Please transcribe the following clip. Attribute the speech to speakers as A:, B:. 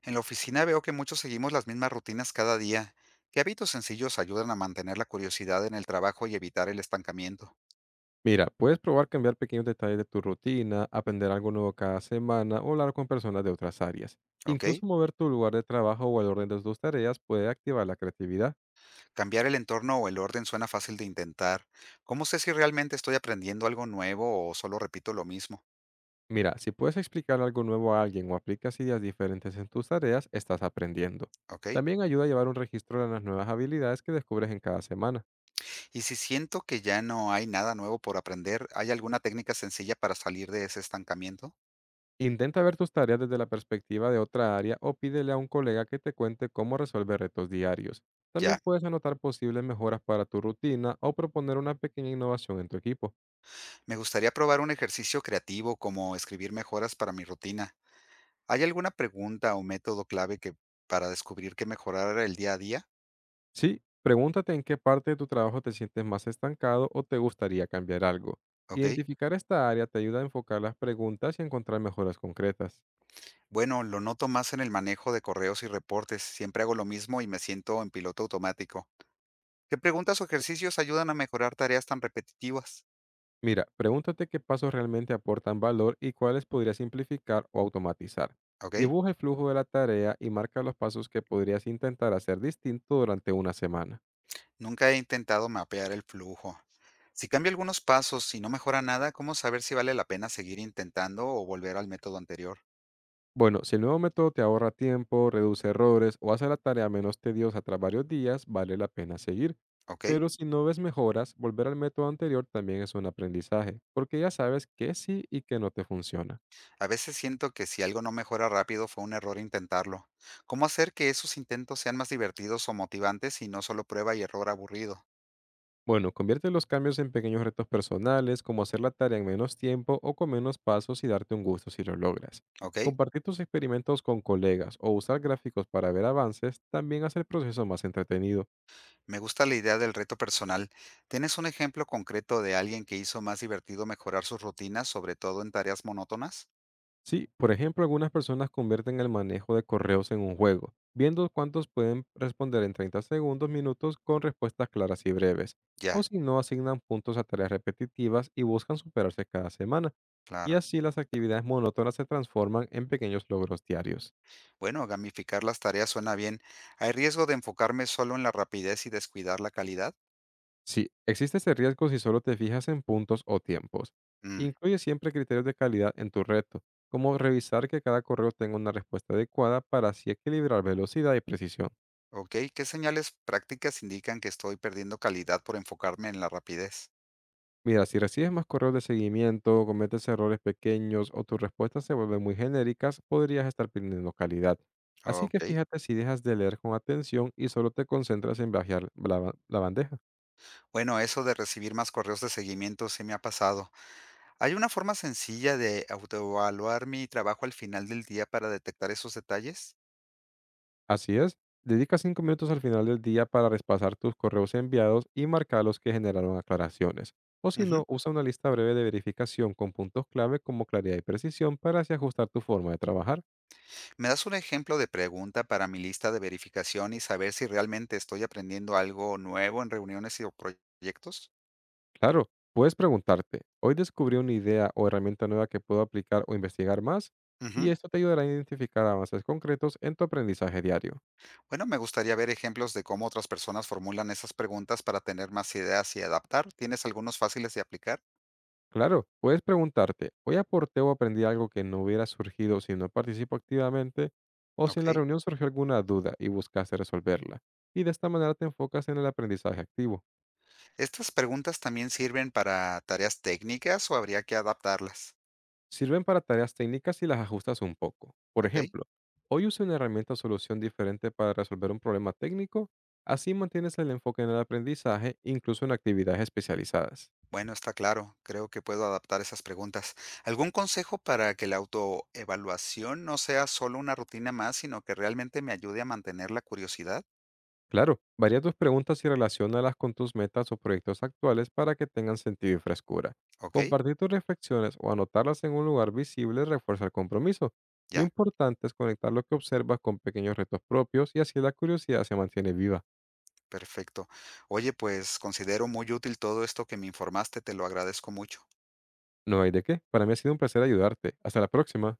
A: En la oficina veo que muchos seguimos las mismas rutinas cada día. ¿Qué hábitos sencillos ayudan a mantener la curiosidad en el trabajo y evitar el estancamiento?
B: Mira, puedes probar cambiar pequeños detalles de tu rutina, aprender algo nuevo cada semana o hablar con personas de otras áreas.
A: ¿Ok?
B: Incluso mover tu lugar de trabajo o el orden de tus tareas puede activar la creatividad.
A: Cambiar el entorno o el orden suena fácil de intentar. ¿Cómo sé si realmente estoy aprendiendo algo nuevo o solo repito lo mismo?
B: Mira, si puedes explicar algo nuevo a alguien o aplicas ideas diferentes en tus tareas, estás aprendiendo.
A: ¿Ok?
B: También ayuda a llevar un registro de las nuevas habilidades que descubres en cada semana.
A: Y si siento que ya no hay nada nuevo por aprender, ¿hay alguna técnica sencilla para salir de ese estancamiento?
B: Intenta ver tus tareas desde la perspectiva de otra área o pídele a un colega que te cuente cómo resolver retos diarios. También
A: Ya,
B: puedes anotar posibles mejoras para tu rutina o proponer una pequeña innovación en tu equipo.
A: me gustaría probar un ejercicio creativo como escribir mejoras para mi rutina. ¿Hay alguna pregunta o método clave que para descubrir qué mejorar el día a día?
B: Sí, pregúntate en qué parte de tu trabajo te sientes más estancado o te gustaría cambiar algo.
A: Okey.
B: Identificar esta área te ayuda a enfocar las preguntas y encontrar mejoras concretas.
A: Bueno, lo noto más en el manejo de correos y reportes. Siempre hago lo mismo y me siento en piloto automático. ¿Qué preguntas o ejercicios ayudan a mejorar tareas tan repetitivas?
B: Mira, pregúntate qué pasos realmente aportan valor y cuáles podrías simplificar o automatizar.
A: Okey.
B: Dibuja el flujo de la tarea y marca los pasos que podrías intentar hacer distinto durante una semana.
A: Nunca he intentado mapear el flujo. Si cambio algunos pasos y no mejora nada, ¿cómo saber si vale la pena seguir intentando o volver al método anterior?
B: Bueno, si el nuevo método te ahorra tiempo, reduce errores o hace la tarea menos tediosa tras varios días, vale la pena seguir.
A: Okey.
B: Pero si no ves mejoras, volver al método anterior también es un aprendizaje, porque ya sabes qué sí y qué no te funciona.
A: A veces siento que si algo no mejora rápido fue un error intentarlo. ¿Cómo hacer que esos intentos sean más divertidos o motivantes y no solo prueba y error aburrido?
B: Bueno, convierte los cambios en pequeños retos personales, como hacer la tarea en menos tiempo o con menos pasos y darte un gusto si lo logras.
A: ¿Ok?
B: Compartir tus experimentos con colegas o usar gráficos para ver avances también hace el proceso más entretenido.
A: Me gusta la idea del reto personal. ¿Tienes un ejemplo concreto de alguien que hizo más divertido mejorar sus rutinas, sobre todo en tareas monótonas?
B: Sí, por ejemplo, algunas personas convierten el manejo de correos en un juego, viendo cuántos pueden responder en 30 segundos, minutos, con respuestas claras y breves. O
A: Ya,
B: si no, asignan puntos a tareas repetitivas y buscan superarse cada semana. Y
A: claro.
B: así las actividades monótonas se transforman en pequeños logros diarios.
A: Bueno, gamificar las tareas suena bien. ¿Hay riesgo de enfocarme solo en la rapidez y descuidar la calidad?
B: Sí, existe ese riesgo si solo te fijas en puntos o tiempos.
A: Mm,
B: Incluye siempre criterios de calidad en tu reto, como revisar que cada correo tenga una respuesta adecuada para así equilibrar velocidad y precisión.
A: ok, ¿qué señales prácticas indican que estoy perdiendo calidad por enfocarme en la rapidez?
B: Mira, si recibes más correos de seguimiento, cometes errores pequeños o tus respuestas se vuelven muy genéricas, podrías estar perdiendo calidad. Así que
A: Ok.
B: fíjate si dejas de leer con atención y solo te concentras en viajar la bandeja.
A: Bueno, eso de recibir más correos de seguimiento sí me ha pasado. ¿Hay una forma sencilla de autoevaluar mi trabajo al final del día para detectar esos detalles?
B: Así es, dedica 5 minutos al final del día para repasar tus correos enviados y marcar los que generaron aclaraciones. O si
A: Ujú.
B: no, usa una lista breve de verificación con puntos clave como claridad y precisión para así ajustar tu forma de trabajar.
A: ¿Me das un ejemplo de pregunta para mi lista de verificación y saber si realmente estoy aprendiendo algo nuevo en reuniones y o proyectos?
B: Claro, puedes preguntarte, hoy descubrí una idea o herramienta nueva que puedo aplicar o investigar más, y
A: Ujú.
B: esto te ayudará a identificar avances concretos en tu aprendizaje diario.
A: Bueno, me gustaría ver ejemplos de cómo otras personas formulan esas preguntas para tener más ideas y adaptar. ¿Tienes algunos fáciles de aplicar?
B: Claro, puedes preguntarte, hoy aporté o aprendí algo que no hubiera surgido si no participo activamente, o si en
A: Ok.
B: la reunión surgió alguna duda y buscaste resolverla. Y de esta manera te enfocas en el aprendizaje activo.
A: ¿Estas preguntas también sirven para tareas técnicas o habría que adaptarlas?
B: Sirven para tareas técnicas y las ajustas un poco. Por
A: ¿Ok?
B: ejemplo, hoy usé una herramienta o solución diferente para resolver un problema técnico, así mantienes el enfoque en el aprendizaje, incluso en actividades especializadas.
A: Bueno, está claro. Creo que puedo adaptar esas preguntas. ¿Algún consejo para que la autoevaluación no sea solo una rutina más, sino que realmente me ayude a mantener la curiosidad?
B: Claro, varía tus preguntas y relaciónalas con tus metas o proyectos actuales para que tengan sentido y frescura.
A: ¿Ok?
B: Compartir tus reflexiones o anotarlas en un lugar visible refuerza el compromiso. Lo
A: Ya,
B: importante es conectar lo que observas con pequeños retos propios y así la curiosidad se mantiene viva.
A: perfecto. Oye, pues considero muy útil todo esto que me informaste, te lo agradezco mucho.
B: No hay de qué. Para mí ha sido un placer ayudarte. Hasta la próxima.